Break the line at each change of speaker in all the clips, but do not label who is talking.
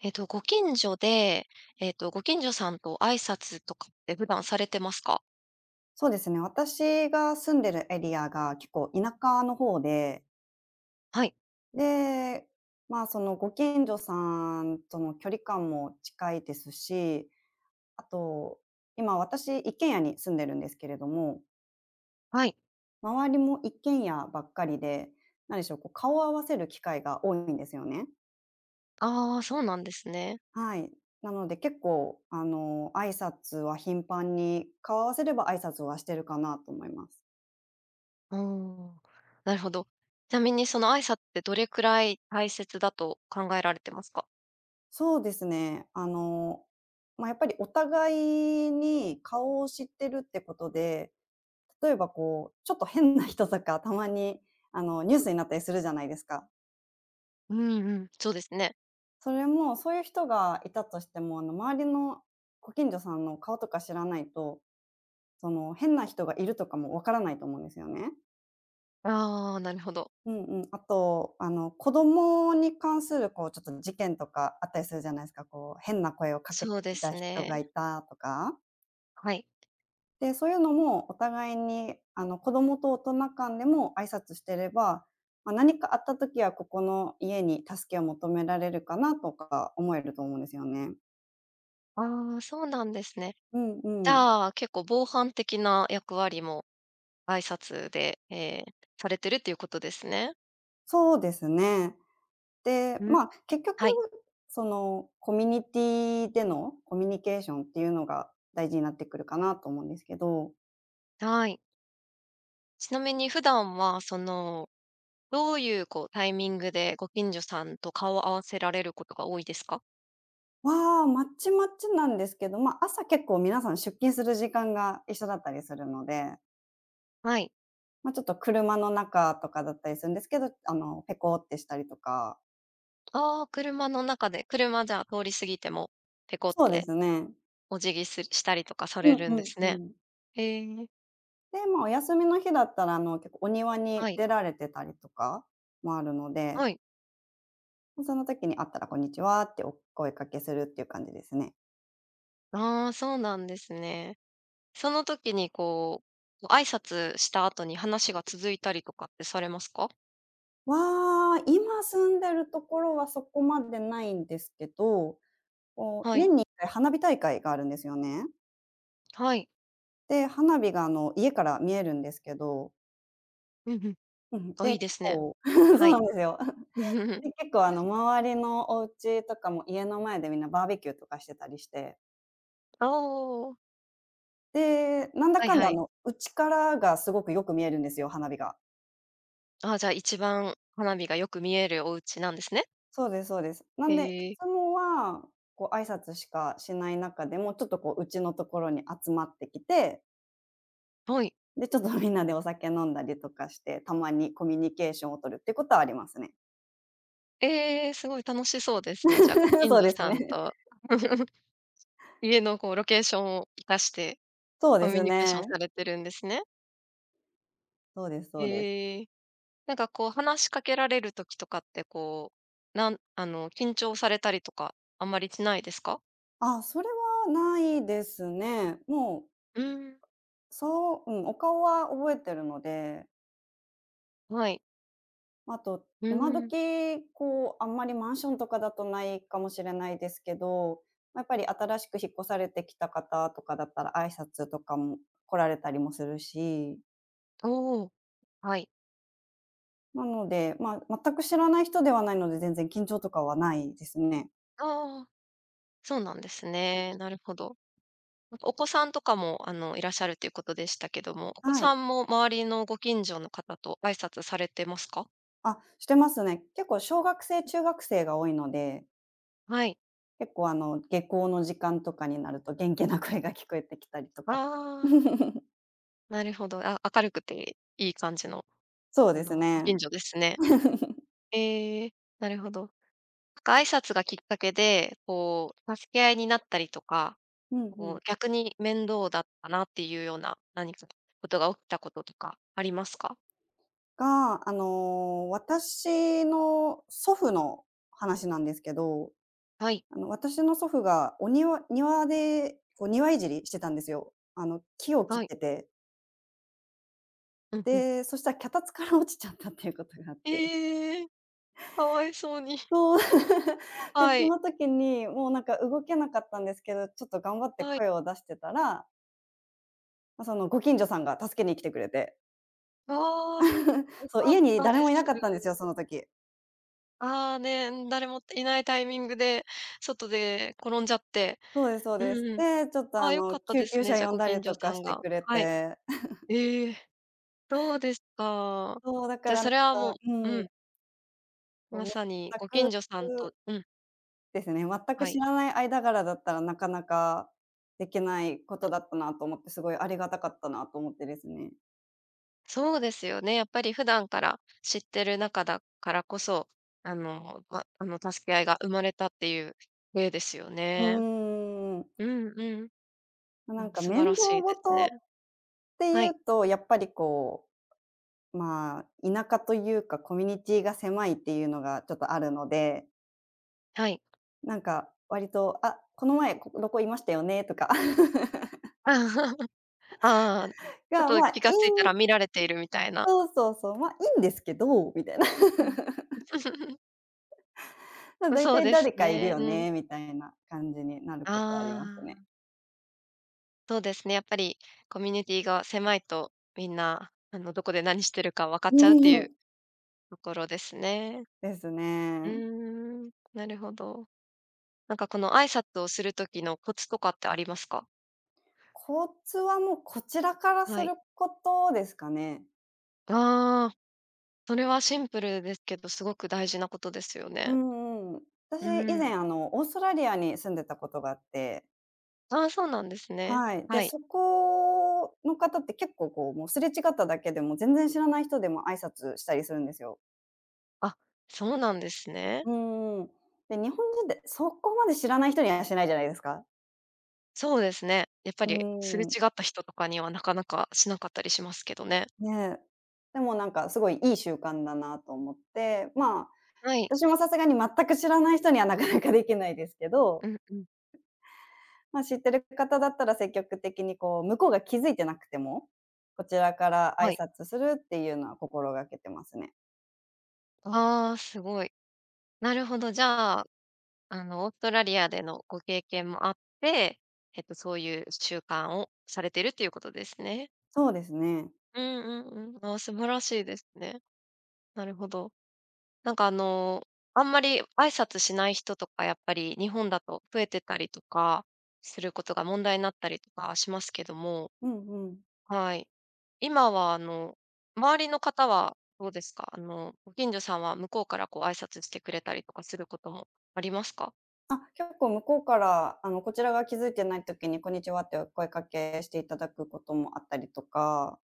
ご近所で、ご近所さんと挨拶とかって普段されてますか？
そうですね、私が住んでるエリアが結構田舎の方で、
はい、
で、まあ、そのご近所さんとの距離感も近いですし、あと、今私一軒家に住んでるんですけれども、
はい。
周りも一軒家ばっかりで、何でしょう、こう顔を合わせる機会が多いんですよね。
ああ、そうなんですね。
はい。なので結構、挨拶は頻繁に、顔を合わせれば挨拶はしてるかなと思います。
うん、なるほど。ちなみにその挨拶ってどれくらい大切だと考えられてますか？
そうですね。まあ、やっぱりお互いに顔を知ってるってことで、例えばちょっと変な人とかたまに、ニュースになったりするじゃないですか。
うんうん、そうですね。
それも、そういう人がいたとしても、周りのご近所さんの顔とか知らないと、変な人がいるとかもわからないと思うんですよね。
ああ、なるほど。
うんうん。あと、子供に関するちょっと事件とかあったりするじゃないですか。変な声をかけ
そ
て
うで
きた
す
人
ね。
がいたとか。
はい。
で、そういうのもお互いに、子供と大人間でも挨拶してれば、ま、何かあった時はここの家に助けを求められるかなとか思えると思うんですよね。
ああ、そうなんですね。
うん
じ
うん。
ゃあ、結構防犯的な役割も挨拶で、ーされてるっていうことですね。
そうですね。で、
うん、
まあ、結局、
はい、
コミュニティでのコミュニケーションっていうのが大事になってくるかなと思うんですけど、
はい。ちなみに普段は、その、どういうこうタイミングでご近所さんと顔を合わせられることが多いですか？
わあ、まちまちなんですけど、ま、朝結構皆さん出勤する時間が一緒だったりするので
はい。
ま、ちょっと車の中とかだったりするんですけど、ペコってしたりとか。
ああ、車の中で、車じゃあ通り過ぎても、ペコっ
そうで
て
すね。
お辞儀すしたりとかさ
う
れ
ん
る
う
んで
ん
す
う
ね。
ん。
ええ、
で、ま、お休みの日だったら、結構お庭に
はい、
出られてたりとかもあるので、
はい。
ま、その時に会ったらこんにちはってお声かけするっていう感じですね。
ああ、そうなんですね。その時にこう、挨拶した後に話が続いたりとかってされますか？
わあ、今住んでるところはそこまでないんですけど、こ
は
う、
い、
年に1回花火大会があるんですよね。
はい。
で、花火が、家から見えるんですけど
うんうん。
うん、
あ、い
で、
いで
結
すね。
構 そ
は
うな
い。
んですよ。で、結構周りのお家とかも家の前でみんなバーベキューとかしてたりして、
おー。
で、なんだ
はい
かんだ
はい。
うちからがすごくよく見えるんですよ、花火が。
ああ、じゃあ、一番花火がよく見えるお家なんですね。
そうですそうです。な
え
んで、い
え、
つもは、こう挨拶しかしない中でも、ちょっとうちのところに集まってきて、
はい。
で、ちょっとみんなでお酒飲んだりとかして、たまにコミュニケーションを取るってことはありますね。
ええ、すごい楽しそうですね。じゃあ、ご 近
そう
所
です
さん
ね。
と 家のこうロケーションを活かして、
そう
コ
で
ミ
す
ュニケーション
ね。
されてるんですね。
そうですそうです。
ええ。なんかこう話しかけられる時とかって、こう、あの、緊張されたりとか、あんまりしないですか？
あ、それはないですね。もう
うーん、
そう、うん、お顔は覚えてるので、
はい。
まあと、
う
今
ーん、
時、あんまりマンションとかだとないかもしれないですけど、まやっぱり新しく引っ越されてきた方とかだったら挨拶とかも来られたりもするし、
おお、はい。
なので、まあ、全く知らない人ではないので、全然緊張とかはないですね。
ああ、そうなんですね。なるほど。なんかお子さんとかも、あの、いらっしゃるっていうことでしたけども、お子
は
さ
い。
んも周りのご近所の方と挨拶されてますか？
あ、してますね。結構小学生、中学生が多いので、
はい。
結構下校の時間とかになると元気な声が聞こえてきたりとか。
ああ、なるほど。あ、明るくていい感じの、
そう
あ
です
の、ご
ね。
近所ですね。ええ、なるほど。なんか挨拶がきっかけで、こう、助け合いになったりとか、
うんう
こ
ん。
う、逆に面倒だったなっていうような、何かことが起きたこととかありますか？
が、私の祖父の話なんですけど、
はい、
私の祖父がお庭で、庭いじりしてたんですよ。木を切っ
はい。
てて。
うんうん。
で、そしたら脚立から落ちちゃったっていうことがあって。
ええ、かわいそうに。
そう。で、
は
そ
い、
の時に、もうなんか動けなかったんですけど、ちょっと頑張って
はい。
声を出してたら、まそのご近所さんが助けに来てくれて。
ああ。良
そう、
か
家
っ
に
た
誰
で
もいな
す。
かったんですよ、その時。
ああ、ね、誰もいないタイミングで、外で転んじゃって。
そうですそう
う
です。
んうん。
で、ちょっと
ああ、良かった
救
で
急
すね、
車
じゃ、
呼ん
ご
だ
近
り
所
と
さ
かし
ん
て
が。
くれ
はい。
て。
ええ、そうですか。
そう、だか
じゃ、
らな
そ
ん
れはも
か、
う
う
う
ん、
ん、
そ
ま
う
さにご
全く
近所さんとうん、
ですね、全く
は
知
い。
らない間柄だったら、なかなかできないことだったなと思って、すごいありがたかったなと思ってですね。
そうですよね、やっぱり普段から知ってる仲だからこそ、あの、ま、あの、助け合いが生まれたっていう例ですよ
う
ね。
ーん。
うんうん。
ま、
う
なん
ん、
か
素
面
晴ら
倒
しいです
事っ
ね。
て
は
いう
い、
と、やっぱりまあ、田舎というかコミュニティが狭いっていうのがちょっとあるので、
はい。
なんか割と、「あ、この前どこいましたよね」とか。
ああ、ちょっ
が、
と
まあ、
気がついたら
ん
見られているみたいな。
そうそうそう、まあ、いいんですけど、みたいな。
う ん。
まあ、
うん、
大
そう
体
です
誰かいる
ね。
よ
うん。
ね、みたいな感じになることあり
あ
ますね。
あ、そうですね、やっぱりコミュニティが狭いと、みんな、あの、どこで何してるか分かっ
う
ちゃうってい
ん。
うところですね。
です
うー
ね。
ん、なるほど。なんかこの挨拶をする時のコツとかってありますか？
コツはもうこちらからす
はい。
ることですかね。
ああ、それはシンプルですけど、すごく大事なことですよ
う
ね。
んうん。私
う
以前
ん。
オーストラリアに住んでたことがあって
ああ、そうなんですね。
はい。で、
はい。
そこの方って結構もうすれ違っただけでも全然知らない人でも挨拶したりするんですよ。
あ、そうなんですね。
うんうん。で、日本人ってそこまで知らない人にはしないじゃないですか。
そうですね。やっぱ
うー
りすれ
ん、
違った人とかにはなかなかしなかったりしますけどね。
ね。でもなんかすごいいい習慣だなと思って、まあ、
はい。
私もさすがに全く知らない人にはなかなかできないですけど、
うんうん。
まあ、知ってる方だったら積極的に向こうが気づいてなくても、こちらから
は
挨
い。
拶するっていうのは心がけてますね。
ああ、すごい。なるほど。じゃあ、あの、オーストラリアでのご経験もあって、そういう習慣をされてるっていうことですね。
そうですね。
うんうんうん。ああ、素晴らしいですね。なるほど。なんかあのー、あんまり挨拶しない人とか、やっぱり日本だと増えてたりとかすることが問題になったりとかしますけども、
うんうん。
はい。今は、あの、周りの方はどうですか？あの、ご近所さんは向こうからこう挨拶してくれたりとかすることもありますか？
あ、結構向こうから、こちらが気づいてない時に、こんにちはってお声かけしていただくこともあったりとか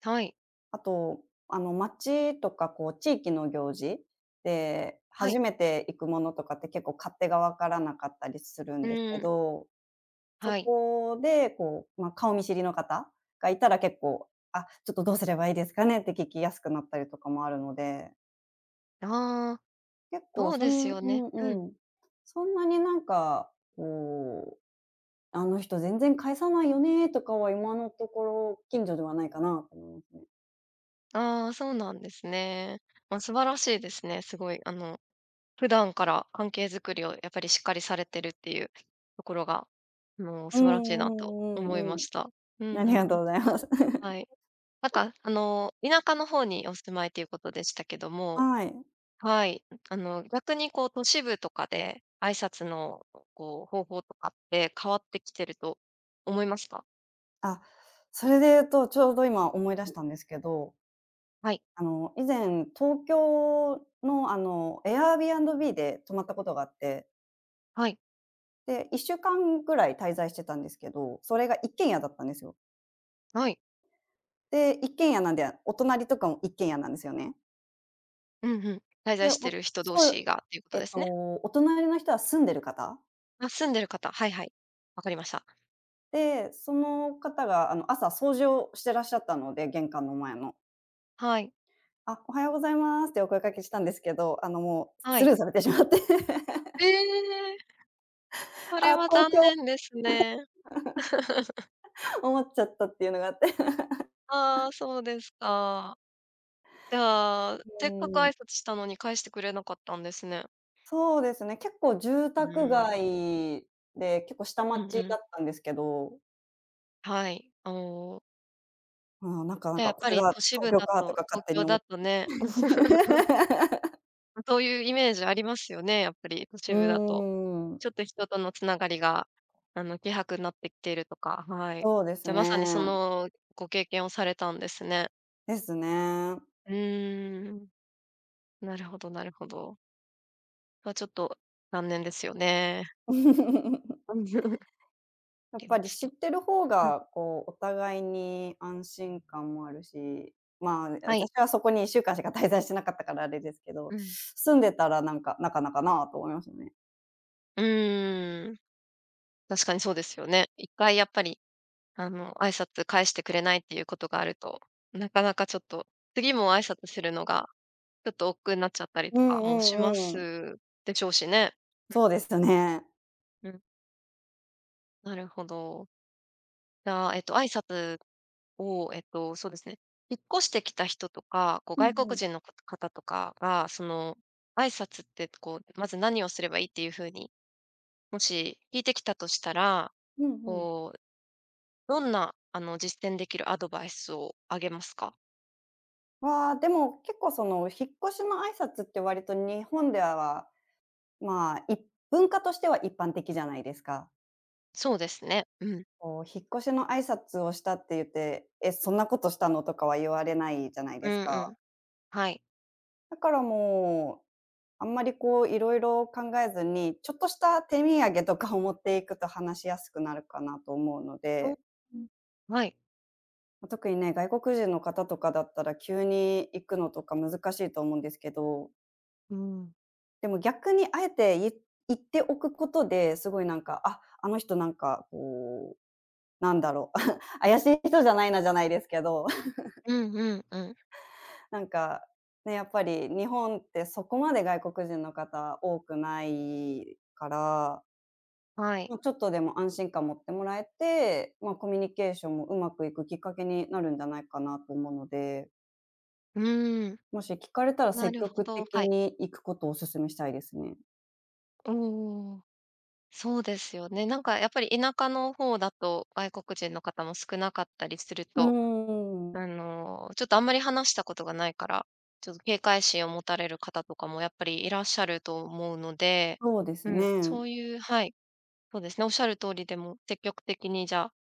はい、
あと、町とか、地域の行事で、
は
初
い、
めて行くものとかって結構勝手が分からなかったりするん
う
ですけ
ーん、
ど、そ
はい。
こで、ま、顔見知りの方がいたら結構、「あ、ちょっとどうすればいいですかね」って聞きやすくなったりとかもあるので、
ああ、
結構
そうですよ
う
ね。
ん
うん。
うん。そんなになんか、こう、「あの人全然返さないよね」とかは今のところ近所ではないかなと思いますね。
ああ、そうなんですね。まあ、素晴らしいですね。すごい、あの、普段から関係づくりをやっぱりしっかりされてるっていうところが、あの、
う
素晴
ん
らしいなと
うん
思
う
い
ん
ま
うん。
した。うん
あ
う
り
ん
が
う
と
ん。
うございます。
は い。なんか、あの、田舎の方にお住まいということでしたけども
はい。
はい。あの、逆にこう都市部とかで、挨拶のこう方法とかって変わってきてると思いますか？
あ、それで言うと、ちょうど今思い出
うん。
したんですけど、
はい。
以前、東京の、Airbnb で泊まったことがあって、
はい。
で、1週間ぐらい滞在してたんですけど、それが一軒家だったんですよ。
はい。
で、一軒家なんで、お隣とかも一軒家なんですよね。
うんうん。滞在
で、
して
お
る人同
そ
士
う、
がっていうこと
え
で
っと、
すね。
お隣の人は住んでる方
あ、住んでる方、はいはい。わかりました。
で、その方が、朝掃除をしてらっしゃったので、玄関の前の。
はい。
あ、おはようございますってお声掛けしたんですけど、もう
は
ス
い。
ルーされてしまって、
ええ、それ
あ、
は
東
残
京
念ですね。
思っちゃったっていうのがあって。
ああ、そうですか。じゃあ、
う
せっかく
ーん、
挨拶したのに返してくれなかったんですね。
そうですね、結構住
う
宅
ーん。
街で、結構下
うん
町
う
だ
ん。
ったんですけど、
はい。あお。
うん、なんかなん
じゃあ、や
か、
っ
こ
ぱ
れ
り
が
都市
東
部
京
だ
かと
と
か勝
東
手に
京
思っ
だ
て。
とね、そういうイメージありますよね、やっぱり都
う
市
ー
部だと。
ん、
ちょっと人とのつながりが、あの、希薄になってきているとか、はい。
そうです
じゃ、まさにそ
ね。
のご経験をされたんですね。
ですね。
うーん、なるほどなるほど。まあ、ちょっと残念ですよね。うんわか
や っ
り
ぱ
ま
り
し
知っ
た。
てる方
うん、
が、お互いに安心感もあるし、まあ、ね
は
私
い。
はそこに1週間しか滞在してなかったからあれですけど、
うん。
住んでたらなんか、なかなかなと思いましたね。
うーん、確かにそうですよね。一回やっぱりあの、挨拶返してくれないっていうことがあると、なかなかちょっと、次も挨拶するのが、ちょっと億劫になっちゃったり
う
とか
んう
もしま
んうん。
すでしょうしね。
そうですね。
うんうん。なるほど。じゃあ、挨拶を、そうですね、引っ越してきた人とか、こう
うん
外
う
国
ん。
人のこ方とかが、その、挨拶って、こう、まず何をすればいいっていう風に、もし聞いてきたとしたら、
うんうん。
こう、どんな、あの、実践できるアドバイスをあげますか？
わあでも結構引っ越しの挨拶って割と日本では、まあ、文化としては一般的じゃないですか。
そうですね。うん。
引っ越しの挨拶をしたって言って、「え、そんなことしたの？」とかは言われないじゃない
う
で
ん
す
う
か。
ん。はい。
だからもう、あんまりこういろいろ考えずに、ちょっとした手土産とかを持っていくと話しやすくなるかなと思うの
お
で、
うん。はい。
ま、特にね、外国人の方とかだったら急に行くのとか難しいと思うんですけど、
うん。
でも逆にあえて言っておくことで、すごいなんか、あ、あの人なんかなんだろう、怪しい人じゃないなじゃないですけど、
うんうんうん。
なんか、ね、やっぱり日本ってそこまで外国人の方多くないから
はい。
まあ、ちょっとでも安心感持ってもらえて、まあ、コミュニケーションもうまくいくきっかけになるんじゃないかなと思うので、
うーん。
もし聞かれたら
な
積
るほ
極
ど、
的
はい。
に行くことをお勧めしたいですね。
おおそうですよね。なんかやっぱり田舎の方だと、外国人の方も少なかったりする
うー
と、
ん、
あの、ちょっとあんまり話したことがないから、ちょっと警戒心を持たれる方とかもやっぱりいらっしゃると思うので、
そうです
うん、
ね。
そういうはい、そうですね、おっしゃる通りでも積極的にじゃあ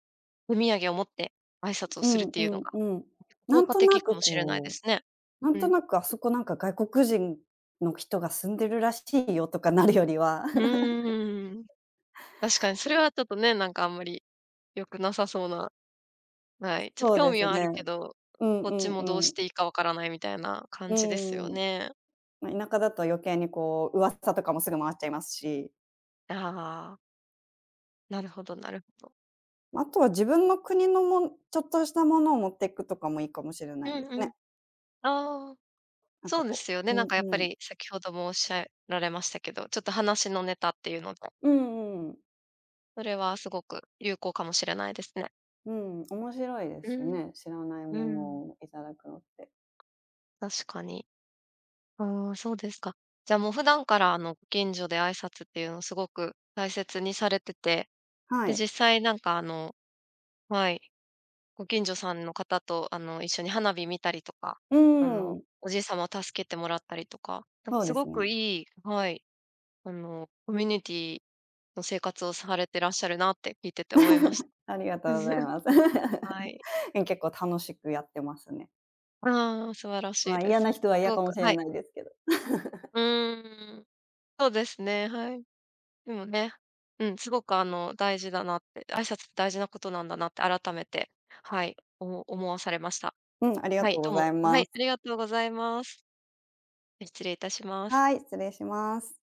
手土産を持って挨拶を
う
するっ
ん
て
う
いうの
ん
が、
うん。な
効
ん
果
とな
的か
く
もしれないで
こ
すね。
う、なん
う
と
ん。
なくあそこなんか外国人の人が住んでるらしいよとかなるよりは、
う ーん。確かにそれはちょっとね、なんかあんまり良くなさそうな、はい。ちょっと
そう
興
で
味
す
はあ
ね。
るけど、
うん
こっ
う
ち
ん
も
う
どうし
ん。
ていいかわからないみたいな
う
感じですよ
ーん。
ね。
まあ、田舎だと余計に噂とかもすぐ回っちゃいますし。
ああ、なるほどなるほど。
まあとは自分の国のちょっとしたものを持っていくとかもいいかもしれな
う
いで
ん
す
うん。
ね。
ああ、
なん
そ
か
うですよね。
う
なん
ん
かやっぱ
うん。
り先ほどもおっしゃられましたけど、ちょっと話のネタっていうので、
うんうんうん。
それはすごく有効かもしれないですね。
うん、面白いです
う
し
ん。
ね、知らないも
う
の
ん。
をいただくのって。
確かに。ああ、そうですか。じゃあもう普段からあの、ご近所で挨拶っていうのをすごく大切にされてて、
は
で、
い。
実際なんかあのはい、ご近所さんの方とあの、一緒に花火見たりとか、
うー
あの、
ん、
おじいさまを助けてもらったりとか、なんか
そう
す
で
ご
す
く
ね。
いいはい、あの、コミュニティの生活をされてらっしゃるなって聞いてて思いました。
ありがとうござい ます。
はい。
結構楽しくやってますね。
ああ、素晴らしい
ま、
で
嫌
す。
な
す
人は嫌
ご
か
く
もしれ
はい。
ないですけど。
うーん、そうですね、はい。でもね、うん、すごくあの、大事だなって、挨拶って大事なことなんだなって改めて、はい、思わされました。
うん、ありが
は
と
い、
う
ど
ご
う
ざい
も、は
ます。
い、ありがとうございます。失礼いたします。
はい、失礼します。